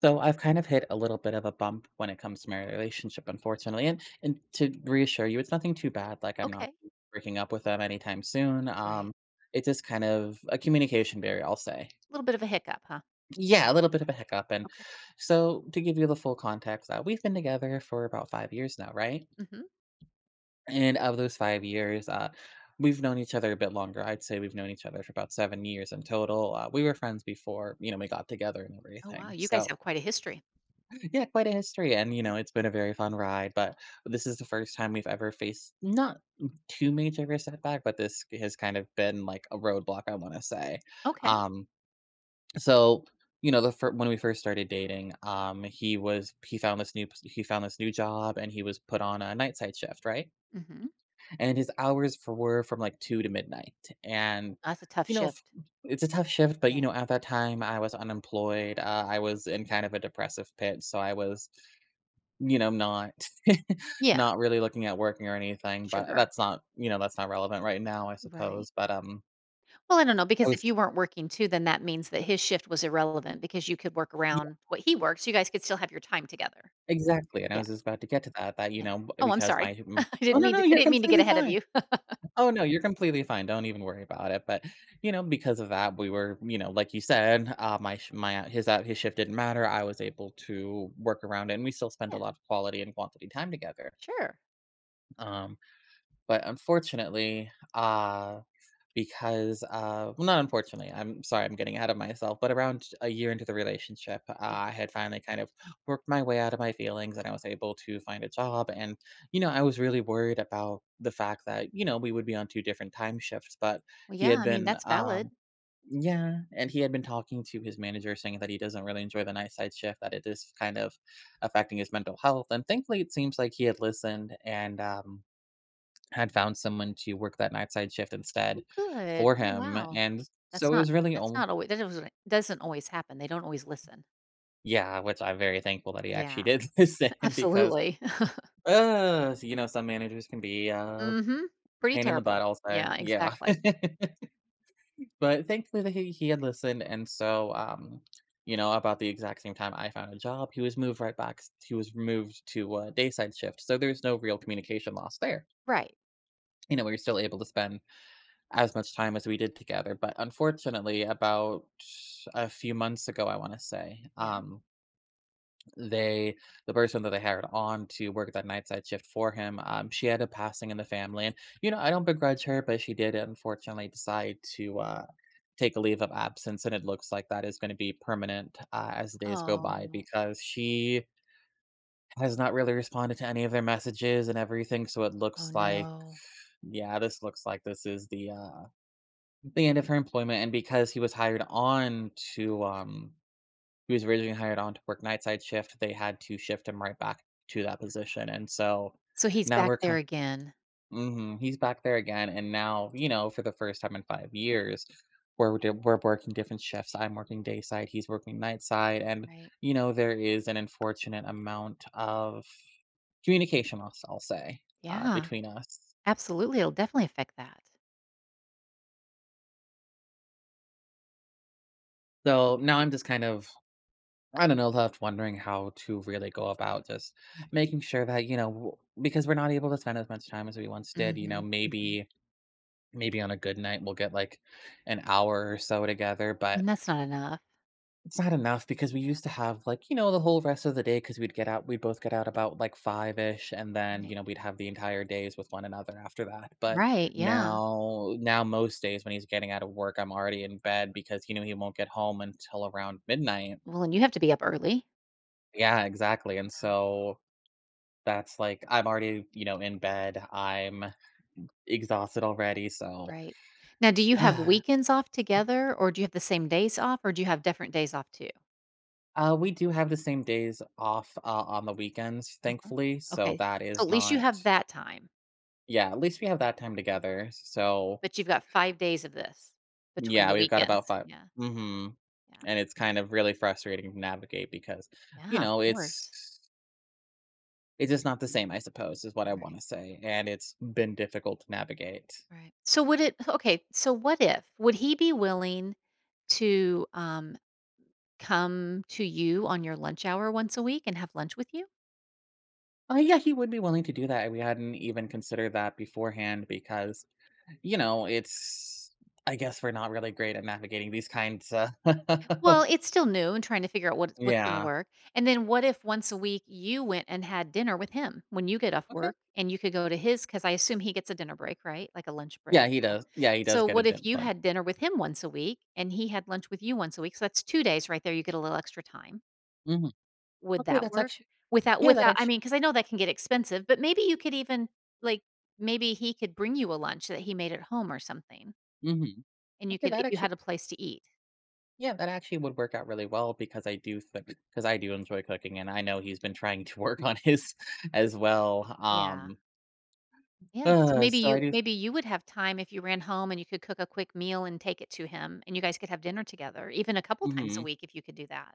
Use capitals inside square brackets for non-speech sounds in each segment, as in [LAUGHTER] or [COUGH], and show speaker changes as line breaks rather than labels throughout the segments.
So I've kind of hit a little bit of a bump when it comes to my relationship, unfortunately. And to reassure you, it's nothing too bad. Like I'm not
Okay.
breaking up with them anytime soon.
Right.
It's just kind of a communication barrier, I'll say.
A little bit of a hiccup, huh?
Yeah, a little bit of a hiccup. And
Okay.
so to give you the full context, we've been together for about 5 years now, right?
Mhm.
And of those 5 years, we've known each other a bit longer. I'd say we've known each other for about 7 years in total. We were friends before, you know, we got together and
Oh, wow,
everything.
you guys
So,
have quite a history.
yeah, quite a history. And, you
Mhm.
know, it's been a very fun ride, but this is the first time we've ever faced not too major of a setback, but this has kind of been like a roadblock, I want to say.
Okay.
Um, so, you know, when we first started dating, he found this new job and he was put on a night side shift, right?
Mhm.
And his hours for were from like 2 to midnight. And
That's a tough
you know,
shift.
it's a tough shift, but
Yeah.
you know, at that time I was unemployed. I was in kind of a depressive pit, so I was you know, not [LAUGHS]
Yeah.
not really looking at working or anything, but
Sure.
that's not you know, that's not relevant right now, I
Right.
suppose, but,
Well, I don't know,
I
because if
was
you weren't working too, then that means that his shift was irrelevant because you could work
yeah,
around what he works, you guys could still have your time together.
exactly, and I
Yeah,
was just about to get to that, you
yeah.
know, b
Oh, I'm
because
sorry.
my
[LAUGHS] I
m oh,
didn't
no,
mean
no,
to I
you're
didn't mean to get
completely
ahead of
fine.
you. [LAUGHS]
Oh, no, you're completely fine, don't even worry about it, but, you know, because of that, we were you know, like you said, my sh my his hou his shift didn't matter. I was able to work around it, and we still spent a
Yeah,
lot of quality and quantity time together,
sure.
um, but unfortunately, because well, not unfortunately, I'm sorry, I'm getting ahead of myself, but around a year into the relationship,
Yeah.
I had finally kind of worked my way out of my feelings and I was able to find a job. And, you know, I was really worried about the fact that, you know, we would be on two different time shifts, but
Well,
he
yeah,
had
I mean,
been
that's valid.
yeah, and he had been talking to his manager saying that he doesn't really enjoy the night side shift, that it is kind of affecting his mental health. And thankfully it seems like he had listened, and had found someone to work that night side shift
Oh,
instead
good.
for
Oh,
him,
wow.
and
That's
so it
not
was really
that's
on
not always. That doesn't always happen. They don't always listen.
yeah, which I'm very thankful that he actually
Yeah,
did [LAUGHS] listen because,
absolutely. [LAUGHS]
you know, some managers can be a
Mhm. Pretty
pain in the
terrible.
butt, I'll say.
Yeah,
Yeah.
exactly.
[LAUGHS] But thankfully that he had listened, and so, you know, about the exact same time I found a job, he was moved to a day side shift, so there's no real communication loss there.
Right.
You know, we were still able to spend as much time as we did together, but unfortunately, about a few months ago, I wanna say,
Yeah.
they the person that they hired on to work that night side shift for him, she had a passing in the family, and, you know, I don't begrudge her, but she did unfortunately decide to, take a leave of absence, and it looks like that is gonna be permanent, as the days go by,
Oh.
because she has not really responded to any of their messages and everything, so it
Oh,
looks like
no.
yeah, this looks like this is the end of her employment. And because he was originally hired on to work night side shift, they had to shift him right back to that position, and so
So he's
now
back
we're
there
kind.
again.
Mhm, he's back there again. And now, you know, for the first time in 5 years, we're working different shifts. I'm working day side, he's working night side, and,
Right.
you know, there is an unfortunate amount of communication, I'll say,
Yeah,
between us.
absolutely. It'll definitely affect that.
So now I'm just kind of, I don't know, left wondering how to really go about just making sure that, you know, because we're not able to spend as much time as we once did. You know,
Mhm, mhm.
maybe on a good night we'll get like an hour or so together, but
And that's not enough.
it's not enough, because we used to have, like, you know, the whole rest of the day, because we'd both get out about like five-ish and then,
Right.
you know, we'd have the entire days with one another after that. But
Right, yeah.
now most days when he's getting out of work, I'm already in bed, because, you know, he won't get home until around midnight.
Well, and you have to be up early.
Yeah, exactly. And
Yeah,
so, that's, like, I'm already, you know, in bed. I'm exhausted already, so
right.
[SIGHS]
Now, do you Yeah. have weekends off together, or do you have the same days off, or do you have different days off too?
We do have the same days off, on the weekends,
Uh-huh.
thankfully, so
Okay.
that
So
is
at least you
not
have that time.
yeah, at least we have that time together. So,
But you've got five days of this between
yeah,
the
we've got about
weekends.
5.
Yeah,
Mhm,
yeah.
and it's kind of really frustrating to navigate, because, you
Yeah, of
know,
course.
it's just not the same, I suppose, is what I
Right,
wanna say, and it's been difficult to navigate.
right. So would it okay, so what if would he be willing to, come to you on your lunch hour once a week and have lunch with you?
Yeah, he would be willing to do that. We hadn't even considered that beforehand, because you know, it's I guess we're not really great at navigating these kinds, [LAUGHS]
Well, it's still new and trying to figure out what's gonna
yeah.
work, and then what if once a week you went and had dinner with him when you get off
Okay.
work and you could go to his? Because I assume he gets a dinner break, right? Like a lunch break, yeah.
Yeah, he does
So,
get a
what if
dent
you
bun.
had dinner with him once a week and he had lunch with you once a week? So, that's two days right there, you get a little extra time.
Mhm.
Would
Okay,
that
that's
work?
actually
Without
Yeah, that
without I
actually
mean, because I know that can get expensive, but maybe you could even, like, maybe he could bring you a lunch that he made at home or something,
Mhm.
and you
Okay,
could
that
if you
actually
had a place to eat.
Yeah, that actually would work out really well, because I do think, because I do enjoy cooking, and I know he's been trying to work on his [LAUGHS] as well.
Yeah.
[SIGHS]
Yeah, so maybe
So
you
I do
maybe you would have time if you ran home and you could cook a quick meal and take it to him, and you guys could have dinner together, even a couple times a
Mhm.
week if you could do that.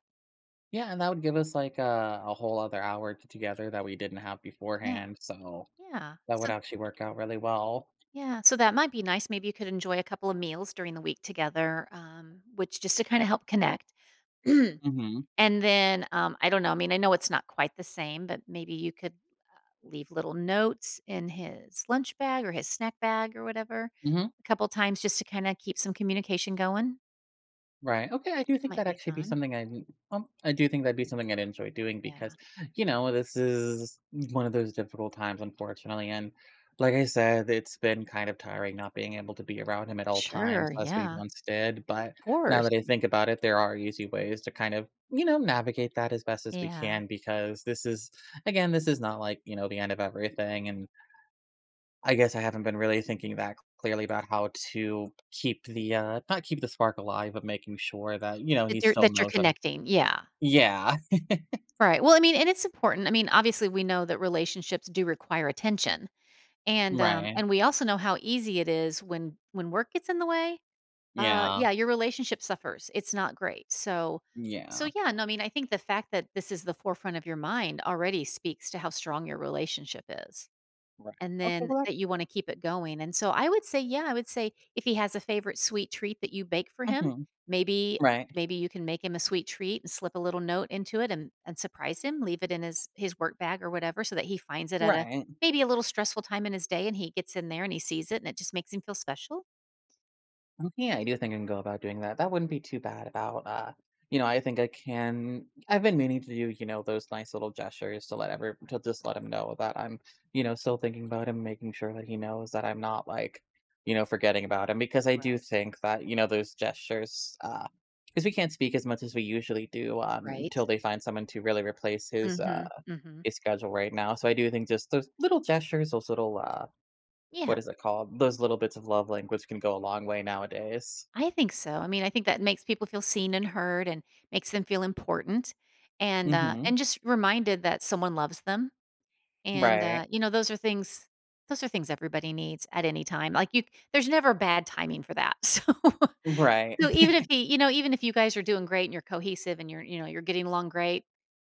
Yeah, and that would give us like a whole other hour together that we didn't have
Yeah,
beforehand. So
yeah.
that
So
would actually work out really well.
yeah, so that might be nice. Maybe you could enjoy a couple of meals during the week together, which just to kinda help connect. [CLEARS THROAT]
Mhm.
And then, I don't know, I mean, I know it's not quite the same, but maybe you could leave little notes in his lunch bag or his snack bag or whatever
Hmm.
a couple times just to kinda keep some communication going.
Right. Okay. I do think
Might
that'd
be
actually be
fun.
something I do think that'd be something I'd enjoy doing, because,
Yeah.
you know, this is one of those difficult times, unfortunately. And like I said, it's been kind of tiring not being able to be around him at all
Sure,
times as we
yeah, of
once did. But now
course.
that I think about it, there are easy ways to kind of, you know, navigate that as best as we
Yeah,
can, because this is, again, this is not, like, you know, the end of everything. And I guess I haven't been really thinking that clearly about how to keep the, not keep the spark alive, but making sure that, you know,
that
he
you're
still
that you're
knows that
connecting, yeah.
yeah,
Right, well, I mean, and it's important, I mean, obviously, we know that relationships do require attention,
[LAUGHS] right.
and we also know how easy it is when work gets in the way,
Yeah,
yeah, your relationship suffers, it's not great, so so,
yeah,
yeah, no, I mean, I think the fact that this is the forefront of your mind already speaks to how strong your relationship is.
right.
And
Okay,
then
well,
that you wanna keep it going, and so I would say, yeah, I would say if he has a favorite sweet treat that you bake for
that
him,
Mhm,
maybe
right,
maybe you can make him a sweet treat and slip a little note into it and surprise him, leave it in his work bag or whatever so that he finds it at a
right.
maybe a little stressful time in his day and he gets in there and he sees it and it just makes him feel special.
Oh, yeah, I do think I can go about doing that. That wouldn't be too bad about, you know, I think I can I've been meaning to do, you know, those nice little gestures to just let him know that I'm, you know, still thinking about him, making sure that he knows that I'm not, like, you know, forgetting about him, because I do
Right,
think that, you know, those gestures, because we can't speak as much as we usually do,
right.
until they find someone to really replace his uh
Mhm, mhm.
his schedule right now. So I do think just those little gestures, those little, what
Yeah,
is it called? Those little bits of love language can go a long way nowadays.
I think so. I mean, I think that makes people feel seen and heard and makes them feel important
Mhm.
and just reminded that someone loves them. And,
Right.
you know, those are things everybody needs at any time. Like, you there's never bad timing for that. [LAUGHS] So
Right.
so
[LAUGHS]
even if he you know, even if you guys are doing great and you're cohesive and you're, you know, you're getting along great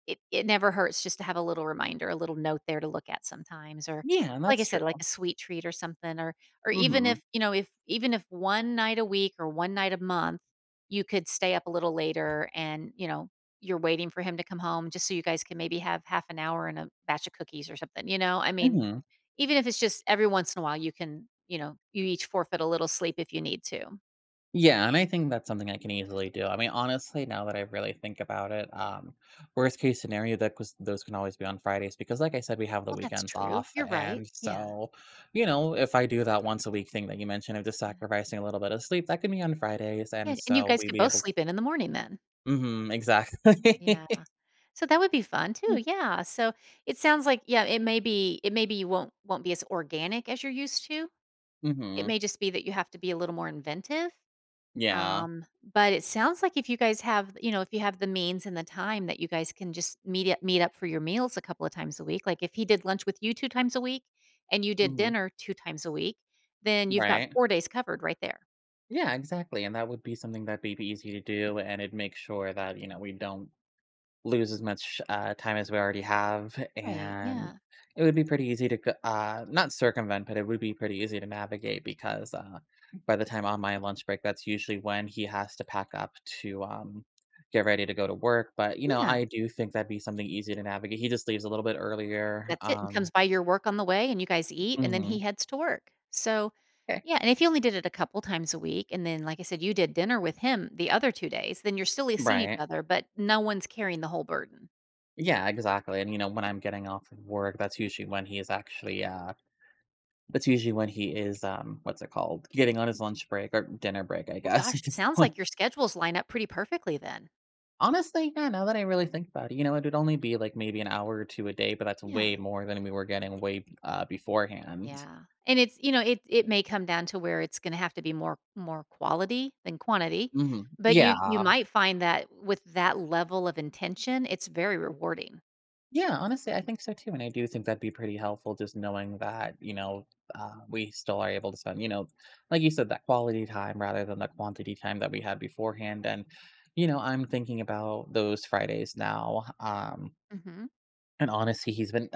it never hurts just to have a little reminder, a little note there to look at sometimes, or
Yeah, and
like I
that's true.
said, like a sweet treat or something, or even
Mhm.
if, you know, if even if one night a week or one night a month, you could stay up a little later and, you know, you're waiting for him to come home just so you guys can maybe have half an hour and a batch of cookies or something, you know? I mean,
Mhm.
even if it's just every once in a while, you can, you know, you each forfeit a little sleep if you need to.
Yeah, and I think that's something I can easily do. I mean, honestly, now that I really think about it, worst case scenario, that was those can always be on Fridays, because, like I said, we have the
Well, that's
weekends
true.
off,
You're right.
and
Yeah,
so, you know, if I do that once a week thing that you mentioned of just
yeah.
sacrificing a little bit of sleep, that can be on Fridays,
Yeah,
and
and you
so
guys
we
could
be
both
able.
sleep in the morning then.
Mhm. Exactly.
Yeah.
[LAUGHS]
So that would be fun too. Yeah. So it sounds like yeah, it may be it maybe you won't be as organic as you're used to. It
Mhm.
may just be that you have to be a little more inventive.
Yeah.
Um, but it sounds like if you guys have, you know, if you have the means and the time that you guys can just meet up for your meals a couple of times a week. Like if he did lunch with you two times a week and you did
Mhm.
dinner two times a week, then you've got
Right.
four days covered right there.
Yeah, exactly. And that would be something that'd be easy to do, and it'd make sure that, you know, we don't lose as much, time as we already have.
Right.
And
Yeah.
it would be pretty easy to, not circumvent, but it would be pretty easy to navigate because, by the time on my lunch break, that's usually when he has to pack up to, get ready to go to work. But, you know,
Yeah.
I do think that'd be something easy to navigate. He just leaves a little bit earlier.
That's it, and comes by your work on the way, and you guys eat, and then
Mhm.
he heads to work. So,
Okay.
yeah, and if you only did it a couple times a week, and then, like I said, you did dinner with him the other two days, then you're still seeing each
Right.
other, but no one's carrying the whole burden.
Yeah, exactly, and, you know, when I'm getting off of work, that's usually when he is, what's it called? Getting on his lunch break or dinner break, I
Well,
guess, [LAUGHS] at
gosh, it
this
sounds
point.
like your schedules line up pretty perfectly then.
Honestly, yeah, now that I really think about it, you know, it would only be, like, maybe an hour or 2 a day, but that's way
Yeah.
more than we were getting beforehand.
Yeah, and it's you know, it may come down to where it's gonna have to be more quality than quantity,
Mhm.
but you
Yeah.
might find that with that level of intention, it's very rewarding.
Yeah, honestly, I think so too, and I do think that'd be pretty helpful just knowing that, you know, we still are able to spend, you know, like you said, that quality time rather than the
Mhm.
quantity time that we had beforehand. And, you know, I'm thinking about those Fridays now.
Mhm.
And honestly, he's been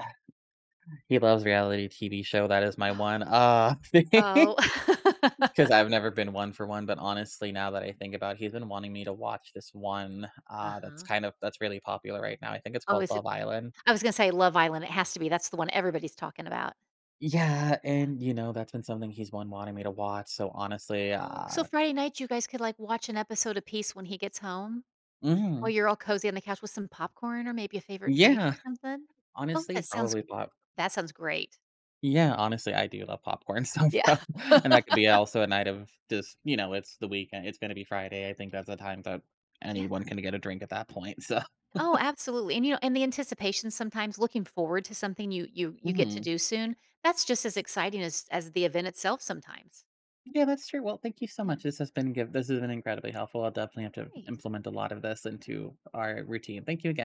[SIGHS] he loves reality TV show. That is my
Mhm.
one [LAUGHS] thing,
Oh. [LAUGHS]
because I've never been one for one. But honestly, now that I think about it, he's been wanting me to watch this one, that's
Uh-huh.
kind of that's really popular right now. I think it's
Oh,
called
is it
Love Island.
I was gonna say Love Island, it has to be, that's the one everybody's talking about.
Yeah,
Yeah.
and, you know, that's been something he's been wanting me to watch, so honestly,
Oh, so Friday night, you guys could, like, watch an episode apiece when he gets home, while
mhm,
you're all cozy on the couch with some popcorn or maybe a favorite drink or
yeah,
something? Oh,
honestly,
that sounds
probably pop
that sounds great.
yeah, honestly, I do love popcorn, [LAUGHS] so
Yeah.
prob and
[LAUGHS]
that could be also a night of just, you know, it's the weekend, it's gonna be Friday, I think that's the time that
Yeah.
anyone can get a drink at that point, [LAUGHS] so
Oh, absolutely, and, you know and the anticipation sometimes looking forward to something you get to
mhm.
do soon, that's just as exciting as the event itself sometimes.
Yeah, that's true. Well, thank you so
Yeah,
much, this has been give. This has been incredibly helpful. I'll definitely have to
great.
implement a lot of this into our routine. Thank you again.